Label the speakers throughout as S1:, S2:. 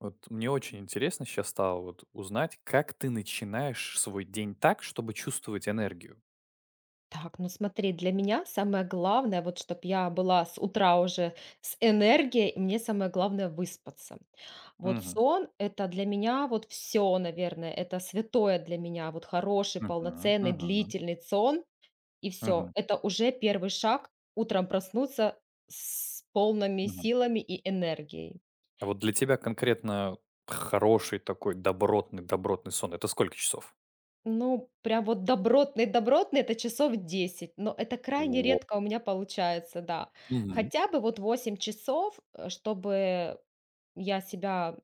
S1: Вот мне очень интересно сейчас стало вот узнать, как ты начинаешь свой день так, чтобы чувствовать энергию.
S2: Так, ну смотри, для меня самое главное, вот чтобы я была с утра уже с энергией, мне самое главное выспаться. Вот
S1: Мгм.
S2: сон это для меня вот все, наверное, это святое для меня, вот хороший,
S1: Мгм.
S2: полноценный,
S1: Мгм.
S2: длительный сон, и все.
S1: Мгм.
S2: Это уже первый шаг утром проснуться с полными
S1: Мгм.
S2: силами и энергией.
S1: А вот для тебя конкретно хороший такой добротный сон - это сколько часов?
S2: Ну, прям вот добротный-добротный — это часов десять, но это крайне
S1: Во.
S2: редко у меня получается, да.
S1: Мгм.
S2: Хотя бы вот 8 часов, чтобы я себя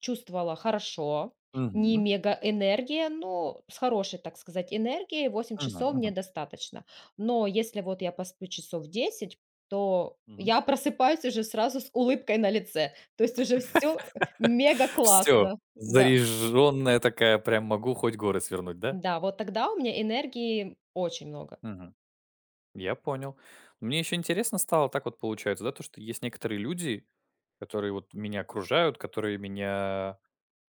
S2: чувствовала хорошо, не
S1: Мгм.
S2: мега энергия, но с хорошей, так сказать, энергией восемь
S1: Мгм.
S2: часов мне
S1: Мгм.
S2: достаточно. Но если вот я посплю часов десять, то
S1: Мгм.
S2: я просыпаюсь уже сразу с улыбкой на лице, то есть уже все мега
S1: Всё,
S2: классно, да.
S1: заряженная такая, прям могу хоть горы свернуть, да?
S2: Да, вот тогда у меня энергии очень много.
S1: Мгм. Я понял. Мне еще интересно стало, так вот получается, да, то, что есть некоторые люди, которые вот меня окружают, которые меня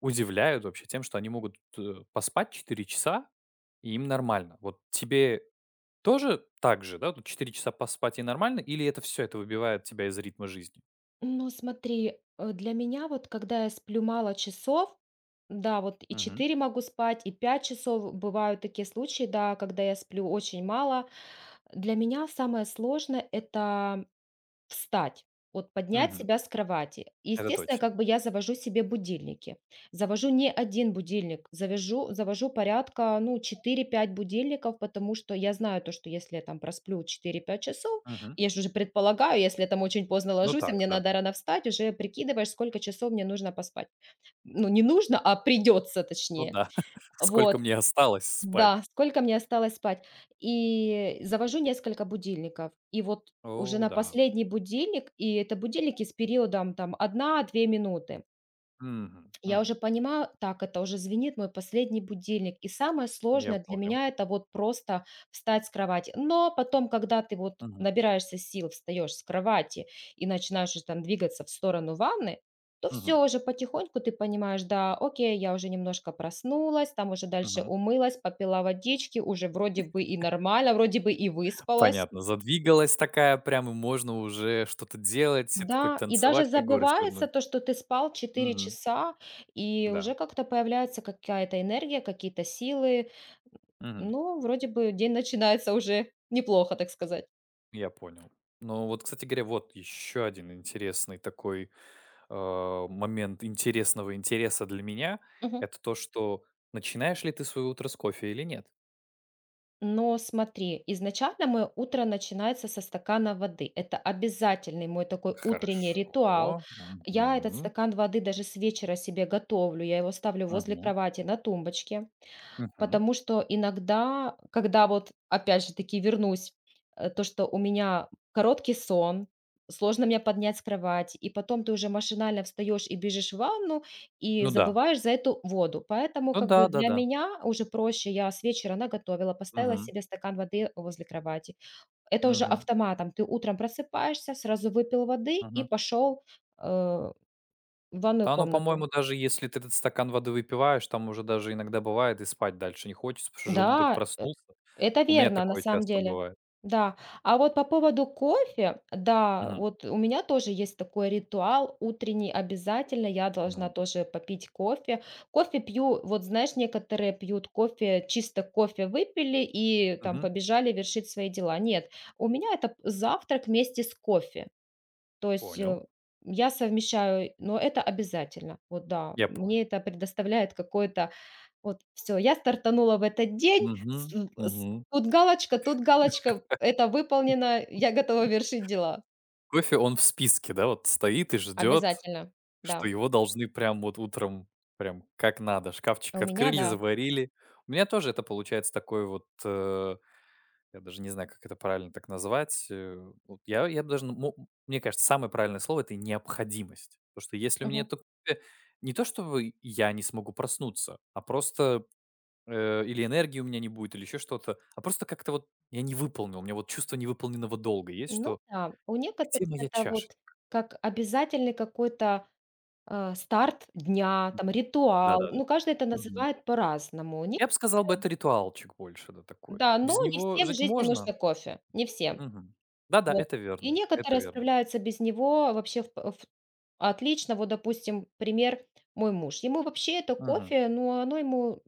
S1: удивляют вообще тем, что они могут поспать 4 часа, и им нормально. Вот тебе тоже так же, да, тут 4 часа поспать и нормально, или это все, это выбивает тебя из ритма жизни?
S2: Ну, смотри, для меня вот, когда я сплю мало часов, да, вот и
S1: Мгм.
S2: 4 могу спать, и 5 часов. Бывают такие случаи, да, когда я сплю очень мало. Для меня самое сложное — это встать, вот поднять
S1: Мгм.
S2: себя с кровати.
S1: Это
S2: Естественно,
S1: точно.
S2: как бы я завожу себе будильники. Завожу не один будильник, завяжу завожу порядка, ну, четыре-пять будильников, потому что я знаю то, что если я там просплю 4-5 часов,
S1: Мгм.
S2: я ж уже предполагаю, если я там очень поздно
S1: Ну
S2: ложусь, а
S1: так,
S2: мне
S1: да.
S2: надо рано встать, уже прикидываешь, сколько часов мне нужно поспать. Ну, не нужно, а придется,
S1: Ну
S2: точнее.
S1: да. Сколько
S2: Вот.
S1: мне осталось спать?
S2: Да, сколько мне осталось спать? И завожу несколько будильников. И вот уже
S1: О,
S2: на
S1: да.
S2: последний будильник, и это будильники с периодом там 1-2 минуты.
S1: Мгм.
S2: Я уже
S1: Мгм.
S2: понимаю, так, это уже звенит мой последний будильник. И самое
S1: Я
S2: сложное для
S1: понял.
S2: меня — это вот просто встать с кровати. Но потом, когда ты вот
S1: Мгм.
S2: набираешься сил, встаешь с кровати и начинаешь уже там двигаться в сторону ванны, то все
S1: Мгм.
S2: уже потихоньку ты понимаешь: да, окей, я уже немножко проснулась, там уже дальше
S1: Мгм.
S2: умылась, попила водички, уже вроде бы и нормально, вроде бы и выспалась.
S1: Понятно, задвигалась такая прям, и можно уже что-то делать, это хоть
S2: Да, и даже
S1: танцевать, хоть горы свернуть.
S2: забывается то, что ты спал четыре
S1: Мгм.
S2: часа, и
S1: Да.
S2: уже как-то появляется какая-то энергия, какие-то силы.
S1: Мгм.
S2: Ну, вроде бы день начинается уже неплохо, так сказать.
S1: Я понял. Ну вот, кстати говоря, вот еще один интересный такой, момент интересного интереса для меня.
S2: Мгм.
S1: Это то, что начинаешь ли ты свое утро с кофе или нет?
S2: Но смотри, изначально мое утро начинается со стакана воды. Это обязательный мой такой утренний ритуал.
S1: Хорошо.
S2: Я этот
S1: Мгм.
S2: стакан воды даже с вечера себе готовлю. Я его ставлю возле
S1: Мгм.
S2: кровати на тумбочке.
S1: Мгм.
S2: Потому что иногда, когда вот, опять же таки, вернусь, то, что у меня короткий сон, сложно меня поднять с кровати, и потом ты уже машинально встаешь и бежишь в ванну, и
S1: Ну да.
S2: забываешь за эту воду. Поэтому
S1: Ну
S2: как
S1: да,
S2: бы для
S1: да-да.
S2: меня уже проще, я с вечера наготовила, поставила
S1: Мгм.
S2: себе стакан воды возле кровати. Это уже
S1: Мгм.
S2: автоматом. Ты утром просыпаешься, сразу выпил воды и
S1: Мгм.
S2: пошел, э, в ванную
S1: Да, ну,
S2: комнату.
S1: по-моему, даже если ты этот стакан воды выпиваешь, там уже даже иногда бывает и спать дальше не хочется, потому что желудок
S2: Да,
S1: проснулся.
S2: это
S1: У меня
S2: верно, на
S1: такое
S2: самом
S1: часто
S2: деле.
S1: бывает.
S2: Да. А вот по поводу кофе, да,
S1: Мгм.
S2: вот у меня тоже есть такой ритуал утренний, обязательно я должна
S1: Ну,
S2: тоже попить кофе. Кофе пью, вот знаешь, некоторые пьют кофе, чисто кофе выпили и там
S1: мгм.
S2: побежали вершить свои дела. Нет, у меня это завтрак вместе с кофе. То есть
S1: Понял.
S2: я совмещаю, но это обязательно. Вот да,
S1: Я понял.
S2: мне это предоставляет какое-то вот, все, я стартанула в этот день. С
S1: Мгм,
S2: с
S1: мгм.
S2: тут галочка, тут галочка. Это выполнено. Я готова вершить дела.
S1: Кофе, он в списке, да, вот стоит и ждет,
S2: Обязательно.
S1: что
S2: Да.
S1: его должны прям вот утром, прям как надо.
S2: У
S1: Шкафчик
S2: меня,
S1: открыли,
S2: да.
S1: заварили. У меня тоже это получается такой вот. Я даже не знаю, как это правильно так назвать. Вот я б даже, ну, мо мне кажется, самое правильное слово - это необходимость. Потому что если у меня
S2: Мгм.
S1: это кофе, не то чтобы я не смогу проснуться, а просто, или энергии у меня не будет, или еще что-то, а просто как-то вот я не выполнил. У меня вот чувство невыполненного долга есть,
S2: Ну
S1: что:
S2: да, у некоторых
S1: "Где моя
S2: это
S1: чаша?"
S2: вот как обязательный какой-то, старт дня,
S1: М,
S2: там ритуал.
S1: да-да-да.
S2: Ну, каждый это
S1: Мгм.
S2: называет по-разному. Не
S1: Я бы сказал бы, это ритуалчик больше, да, такой.
S2: да,
S1: Без
S2: но не
S1: него
S2: всем в
S1: жить
S2: жизни
S1: можно.
S2: нужно кофе. Не всем.
S1: Мгм. Да-да,
S2: Вот.
S1: это
S2: И
S1: верно, это
S2: некоторые
S1: верно.
S2: справляются без него вообще в п в отлично. Вот, допустим, пример: мой муж. Ему вообще это
S1: Мгм,
S2: кофе, но оно ему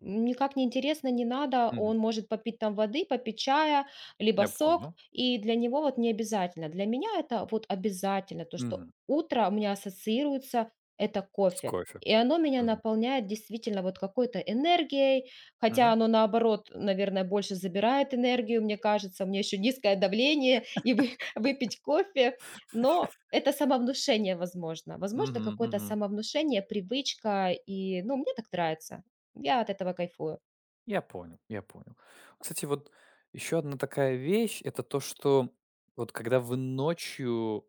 S2: никак не интересно, не надо.
S1: мгм.
S2: Он может попить там воды, попить чая, либо
S1: Я
S2: сок,
S1: понял.
S2: и для него вот не обязательно. Для меня это вот обязательно, то, что
S1: Мгм.
S2: утро у меня ассоциируется — это
S1: С
S2: кофе.
S1: кофе.
S2: И оно меня
S1: Мгм.
S2: наполняет действительно вот какой-то энергией. Хотя
S1: Мгм.
S2: оно, наоборот, наверное, больше забирает энергию, мне кажется. У меня еще низкое давление, и вы выпить кофе. Но это самовнушение, возможно. Возможно,
S1: Мгм,
S2: какое-то
S1: мгм.
S2: самовнушение, привычка. И, ну, мне так нравится. Я от этого кайфую.
S1: Я понял, я понял. Кстати, вот еще одна такая вещь - это то, что вот когда вы ночью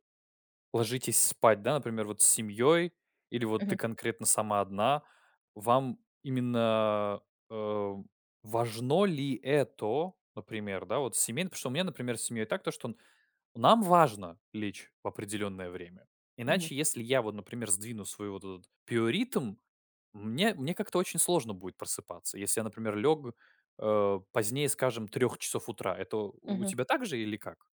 S1: ложитесь спать, да, например, вот с семьей или вот ты
S2: Мгм,
S1: конкретно сама одна, вам именно, э, важно ли это, например, да, вот семейно? Потому что у меня, например, с семьей так, то что н нам важно лечь в определенное время.
S2: мгм,
S1: Иначе, если я вот, например, сдвину свой вот этот биоритм. Мне как-то очень сложно будет просыпаться, если я, например, лег, позднее, скажем, трех часов утра. Это у
S2: мгм.
S1: тебя так же или как?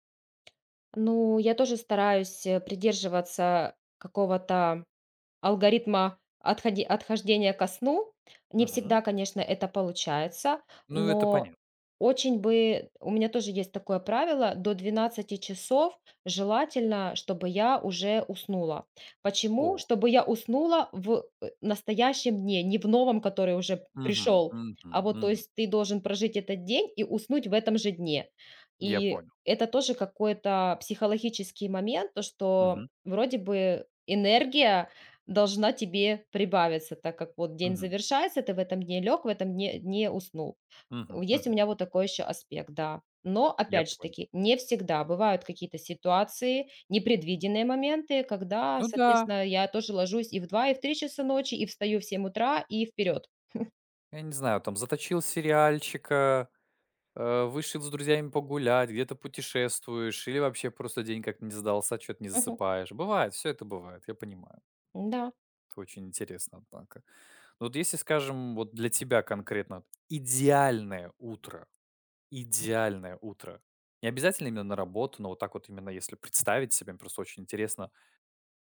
S2: Ну, я тоже стараюсь, придерживаться какого-то алгоритма отходи отхождения ко сну. Не
S1: Мгм.
S2: всегда, конечно, это получается,
S1: Ну, это
S2: но
S1: понятно.
S2: очень бы у меня тоже есть такое правило: до 12 часов желательно, чтобы я уже уснула. Почему?
S1: О,
S2: Чтобы я уснула в, настоящем дне, не в новом, который уже
S1: мгм,
S2: пришел,
S1: мгм,
S2: а вот, то
S1: мгм.
S2: есть, ты должен прожить этот день и уснуть в этом же дне.
S1: Я
S2: И
S1: понял.
S2: это тоже какой-то психологический момент, то, что
S1: Мгм,
S2: вроде бы энергия должна тебе прибавиться, так как вот день
S1: мгм,
S2: завершается, ты в этом дне лег, в этом дне не уснул. У
S1: мгм,
S2: Есть у
S1: мгм.
S2: меня вот такой еще аспект, да. Но,
S1: Я
S2: опять же
S1: понял.
S2: таки, не всегда. Бывают какие-то ситуации, непредвиденные моменты, когда,
S1: Ну да,
S2: соответственно, я тоже ложусь и в 2 и в 3 часа ночи, и встаю в 7 утра, и вперед.
S1: я не знаю, там заточил сериальчика, вышел с друзьями погулять, где-то путешествуешь или вообще просто день как не задался, что то не
S2: Мгм.
S1: засыпаешь. Бывает, все это бывает, я понимаю.
S2: Да,
S1: Это очень интересно, однако. Вот если, скажем, вот для тебя конкретно идеальное утро, идеальное утро. Не обязательно именно на работу, но вот так вот именно если представить себе, мне просто очень интересно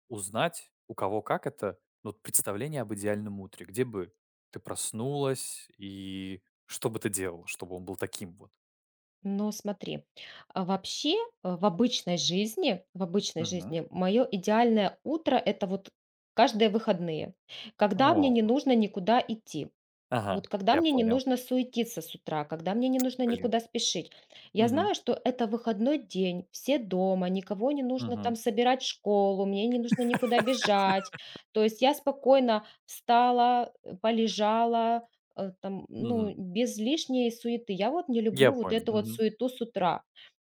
S1: узнать, у кого как это, ну, вот представление об идеальном утре. Где бы ты проснулась и что бы ты делала, чтобы он был таким вот?
S2: но смотри, а вообще в обычной
S1: Мгм.
S2: жизни мое идеальное утро — это вот каждые выходные, когда мне
S1: О,
S2: не нужно никуда идти.
S1: ага,
S2: Вот когда
S1: я
S2: мне не
S1: понял.
S2: нужно суетиться с утра, когда мне не нужно
S1: Блин.
S2: никуда спешить. Я
S1: Мгм.
S2: знаю, что это выходной день, все дома, никого не нужно
S1: Мгм.
S2: там собирать в школу, мне не нужно никуда бежать. То есть я спокойно встала, полежала, там,
S1: Мгм.
S2: ну, без лишней суеты. Я вот не
S1: Я
S2: люблю вот
S1: понял.
S2: эту вот
S1: Мгм.
S2: суету с утра.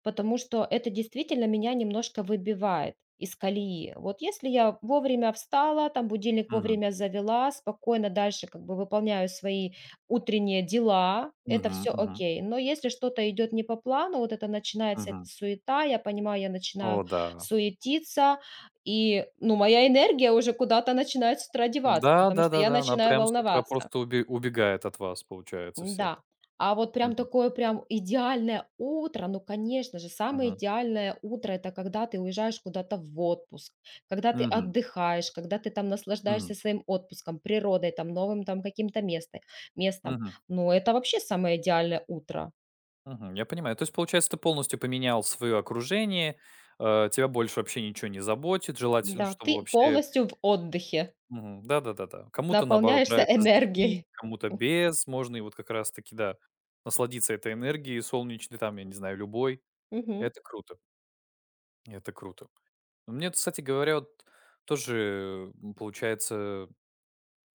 S2: Потому что это действительно меня немножко выбивает из колеи. Вот если я вовремя встала, там будильник
S1: Мгм.
S2: вовремя завела, спокойно дальше как бы выполняю свои утренние дела, это
S1: Мгм.
S2: все
S1: Мгм.
S2: окей. Но если что-то идет не по плану, вот это начинается эта
S1: Мгм.
S2: суета, я понимаю, я
S1: О
S2: начинаю
S1: да.
S2: суетиться, и, ну, моя энергия уже куда-то начинает с утра деваться,
S1: Да,
S2: потому что я
S1: да-да-да, она
S2: начинаю
S1: прям с утра
S2: волноваться,
S1: просто уби убегает от вас, получается, всех.
S2: да. А вот прям
S1: Мгм,
S2: такое прям идеальное утро, ну, конечно же, самое
S1: мгм,
S2: идеальное утро — это когда ты уезжаешь куда-то в отпуск, когда ты
S1: мгм,
S2: отдыхаешь, когда ты там
S1: мгм,
S2: наслаждаешься своим отпуском, природой, там, новым там каким-то местом.
S1: мгм,
S2: Ну, это вообще самое идеальное утро.
S1: мгм. Я понимаю. То есть, получается, ты полностью поменял свое окружение, тебя больше вообще ничего не заботит. Желательно,
S2: Да,
S1: чтобы
S2: ты
S1: вообще.
S2: полностью в отдыхе,
S1: Мгм. Да-да-да-да. Кому-то, наоборот,
S2: наполняешься
S1: нравится с детьми,
S2: энергией.
S1: кому-то без. Можно и вот как раз таки, да, насладиться этой энергией солнечной, там, я не знаю, любой.
S2: Мгм.
S1: Это круто, это круто. Мне, кстати говоря, вот тоже, получается.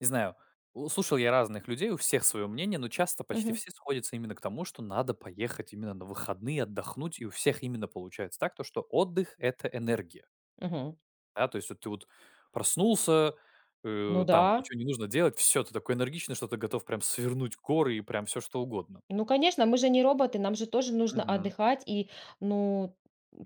S1: Не знаю, у слушал я разных людей, у всех свое мнение, но часто почти
S2: Мгм,
S1: все сходятся именно к тому, что надо поехать именно на выходные отдохнуть, и у всех именно получается так, то что отдых - это энергия.
S2: мгм.
S1: Да, то есть вот ты вот проснулся,
S2: Ну
S1: э,
S2: да,
S1: там ничего не нужно делать, все ты такой энергичный, что ты готов прям свернуть горы и прям все что угодно.
S2: ну, конечно, мы же не роботы, нам же тоже нужно
S1: Мгм,
S2: отдыхать. И, ну,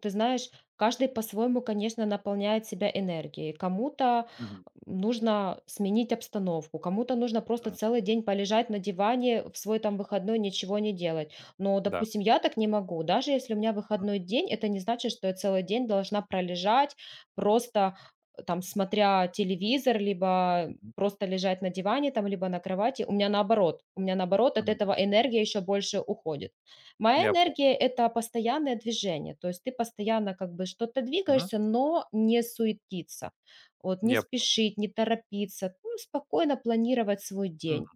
S2: ты знаешь, каждый по-своему, конечно, наполняет себя энергией. Кому-то
S1: мгм,
S2: нужно сменить обстановку, кому-то нужно просто
S1: м,
S2: целый день полежать на диване в свой там выходной, ничего не делать. Но,
S1: да.
S2: допустим, я так не могу. Даже если у меня
S1: М,
S2: выходной день, это не значит, что я целый день должна пролежать, просто там смотря телевизор, либо
S1: мгм,
S2: просто лежать на диване там либо на кровати. У меня наоборот. У меня наоборот от
S1: мгм.
S2: этого энергия еще больше уходит. Моя
S1: Я понял.
S2: энергия — это постоянное движение. То есть ты постоянно как бы что-то
S1: Мгм.
S2: двигаешься, но не суетиться. Вот не
S1: Я понял.
S2: спешить, не торопиться, ну, спокойно планировать свой
S1: Мгм.
S2: день.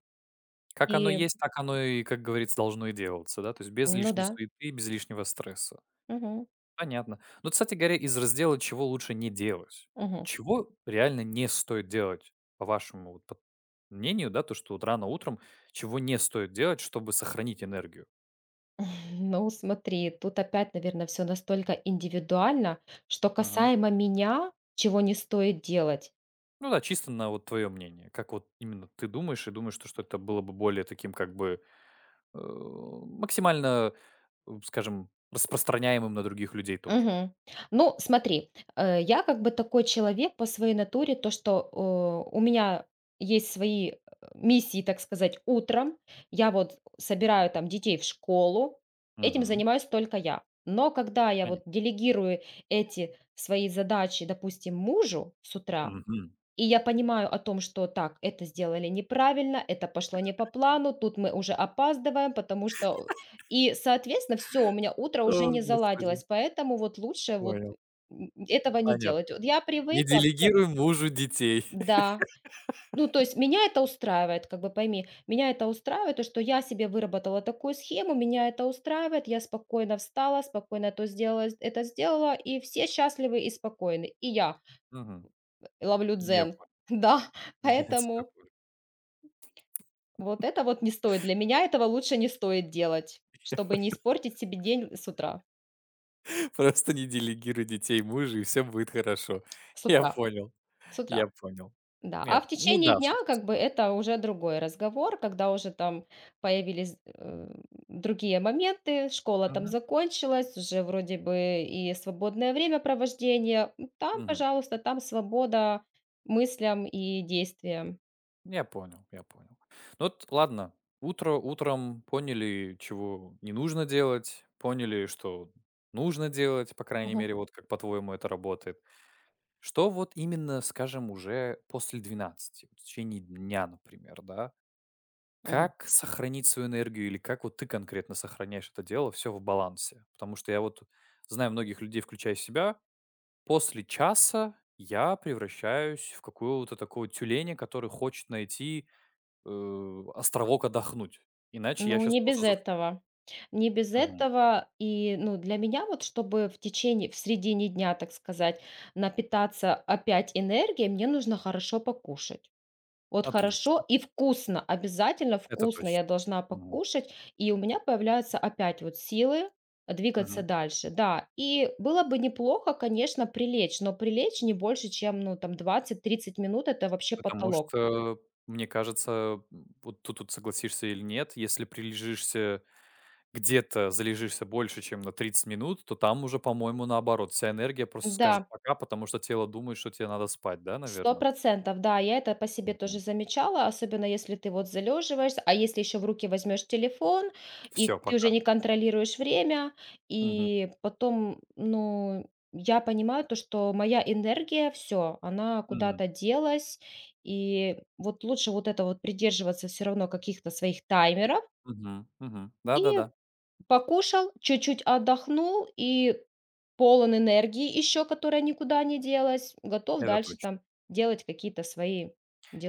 S1: Как оно
S2: И
S1: есть, так оно и, как говорится, должно и делаться, да, то есть без
S2: ну
S1: лишней
S2: да.
S1: суеты, без лишнего стресса.
S2: Мгм.
S1: Понятно. Ну, кстати говоря, из раздела "чего лучше не делать", вот
S2: Мгм.
S1: чего реально не стоит делать, по вашему вот под мнению, да, то, что вот рано утром чего не стоит делать, чтобы сохранить энергию?
S2: Ну, смотри, тут опять, наверное, все настолько индивидуально, что
S1: Мгм.
S2: касаемо меня, чего не стоит делать.
S1: Ну да, чисто на вот твое мнение. Как вот именно ты думаешь и думаешь, что это было бы более таким как бы, максимально, скажем, распространяемым на других людей тоже?
S2: Мгм. Ну, смотри, я как бы такой человек по своей натуре, то, что у меня есть свои э, миссии, так сказать, утром. Я вот собираю
S1: Мгм.
S2: там детей в школу, этим
S1: Мгм.
S2: занимаюсь только я. Но когда я
S1: Понятно.
S2: вот делегирую эти свои задачи, допустим, мужу с утра,
S1: Мгм.
S2: и я понимаю о том, что так, это сделали неправильно, это пошло не по плану, тут мы уже опаздываем, потому что и, соответственно, все, у меня утро уже
S1: О,
S2: не
S1: господи,
S2: заладилось, поэтому вот лучше вот
S1: понял.
S2: этого не
S1: Понятно.
S2: делать. Вот я
S1: Не
S2: привыкла, все,
S1: делегируй мужу детей.
S2: да. Ну, то есть меня это устраивает, как бы пойми, меня это устраивает, то, что я себе выработала такую схему, меня это устраивает, я спокойно встала, спокойно то сделала, это сделала, и все счастливы и спокойны, и я
S1: Мгм.
S2: ловлю
S1: Я
S2: дзен,
S1: понял,
S2: да,
S1: я
S2: поэтому
S1: тебя понял.
S2: вот это вот не стоит. Для меня этого лучше не стоит делать, чтобы не испортить себе день с утра.
S1: Просто не делегируй детей мужу, и все будет хорошо.
S2: С
S1: Я
S2: утра,
S1: понял,
S2: с утра,
S1: я понял.
S2: да.
S1: Я
S2: А
S1: по
S2: в
S1: Ну
S2: течение
S1: да, с
S2: дня,
S1: утра с
S2: как бы,
S1: утра.
S2: это уже другой разговор, когда уже там появились, другие моменты, школа там
S1: Мгм,
S2: закончилась, уже вроде бы и свободное времяпровождение. Там,
S1: мгм.
S2: пожалуйста, там свобода мыслям и действиям.
S1: Я понял, я понял. Ну вот ладно, утро утром поняли, чего не нужно делать, поняли, что нужно делать, по крайней
S2: Мгм.
S1: мере, вот как, по-твоему, это работает. Что вот именно, скажем, уже после двенадцати. Вот в течение дня, например, да?
S2: Мгм.
S1: Как сохранить свою энергию или как вот ты конкретно сохраняешь это дело все в балансе? Потому что я вот знаю многих людей, включая себя, после часа я превращаюсь в какого-то такого тюленя, который хочет найти, островок отдохнуть. Иначе я
S2: Ну,
S1: сейчас
S2: не без
S1: просто засну.
S2: этого. Не без
S1: Мгм.
S2: этого. И, ну, для меня вот, чтобы в течение, в середине дня, так сказать, напитаться опять энергией, мне нужно хорошо покушать. Вот хорошо
S1: Отлично.
S2: и вкусно, обязательно
S1: Это
S2: вкусно
S1: точно.
S2: я должна
S1: Мгм.
S2: покушать, и у меня появляются опять вот силы двигаться
S1: Мгм.
S2: дальше, да. И было бы неплохо, конечно, прилечь, но прилечь не больше, чем, ну, там 20-30 минут, это вообще
S1: Потому
S2: потолок.
S1: что, мне кажется, вот тут вот согласишься или нет, если прилежишься где-то залежишься больше, чем на 30 минут, то там уже, по-моему, наоборот. Вся энергия просто скажет
S2: Да.
S1: пока, потому что тело думает, что тебе надо спать, да,
S2: Сто
S1: наверное?
S2: процентов, да, я это по себе
S1: Все,
S2: тоже замечала, особенно если ты вот залеживаешься, а если еще в руки возьмешь телефон, и ты уже
S1: пока.
S2: не контролируешь время,
S1: Мгм.
S2: и потом, ну, я понимаю то, что моя энергия, все, она
S1: Мгм.
S2: куда-то делась, и вот лучше вот это вот придерживаться все равно каких-то своих таймеров,
S1: Мгм. Мгм.
S2: и
S1: Да-да-да,
S2: покушал, чуть-чуть отдохнул, и полон энергии еще, которая никуда не делась, готов
S1: это
S2: дальше
S1: точно.
S2: там делать какие-то свои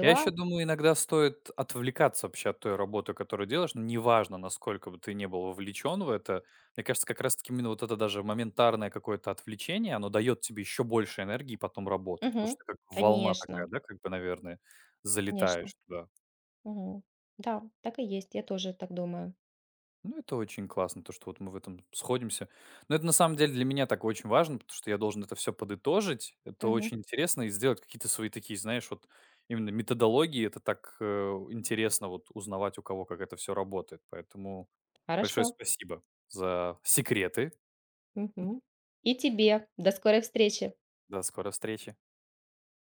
S1: Я еще думаю, иногда стоит отвлекаться вообще от той работы, которую делаешь. Ну, неважно, насколько бы ты не был вовлечен в это. Мне кажется, как раз таки именно вот это даже моментарное какое-то отвлечение, оно дает тебе еще больше энергии потом работать. Потому что
S2: Мгм.
S1: ты как волна такая,
S2: Конечно,
S1: да, как бы, наверное,
S2: конечно.
S1: залетаешь туда.
S2: Мгм. Да, так и есть, я тоже так думаю.
S1: Ну, это очень классно, то, что вот мы в этом сходимся. Но это на самом деле для меня так очень важно, потому что я должен это все подытожить. Это
S2: Мгм.
S1: очень интересно и сделать какие-то свои такие, знаешь, вот именно методологии. Это так интересно вот узнавать у кого, как это все работает. Поэтому
S2: Хорошо.
S1: большое спасибо за секреты.
S2: Мгм. И тебе. До скорой встречи.
S1: До скорой встречи.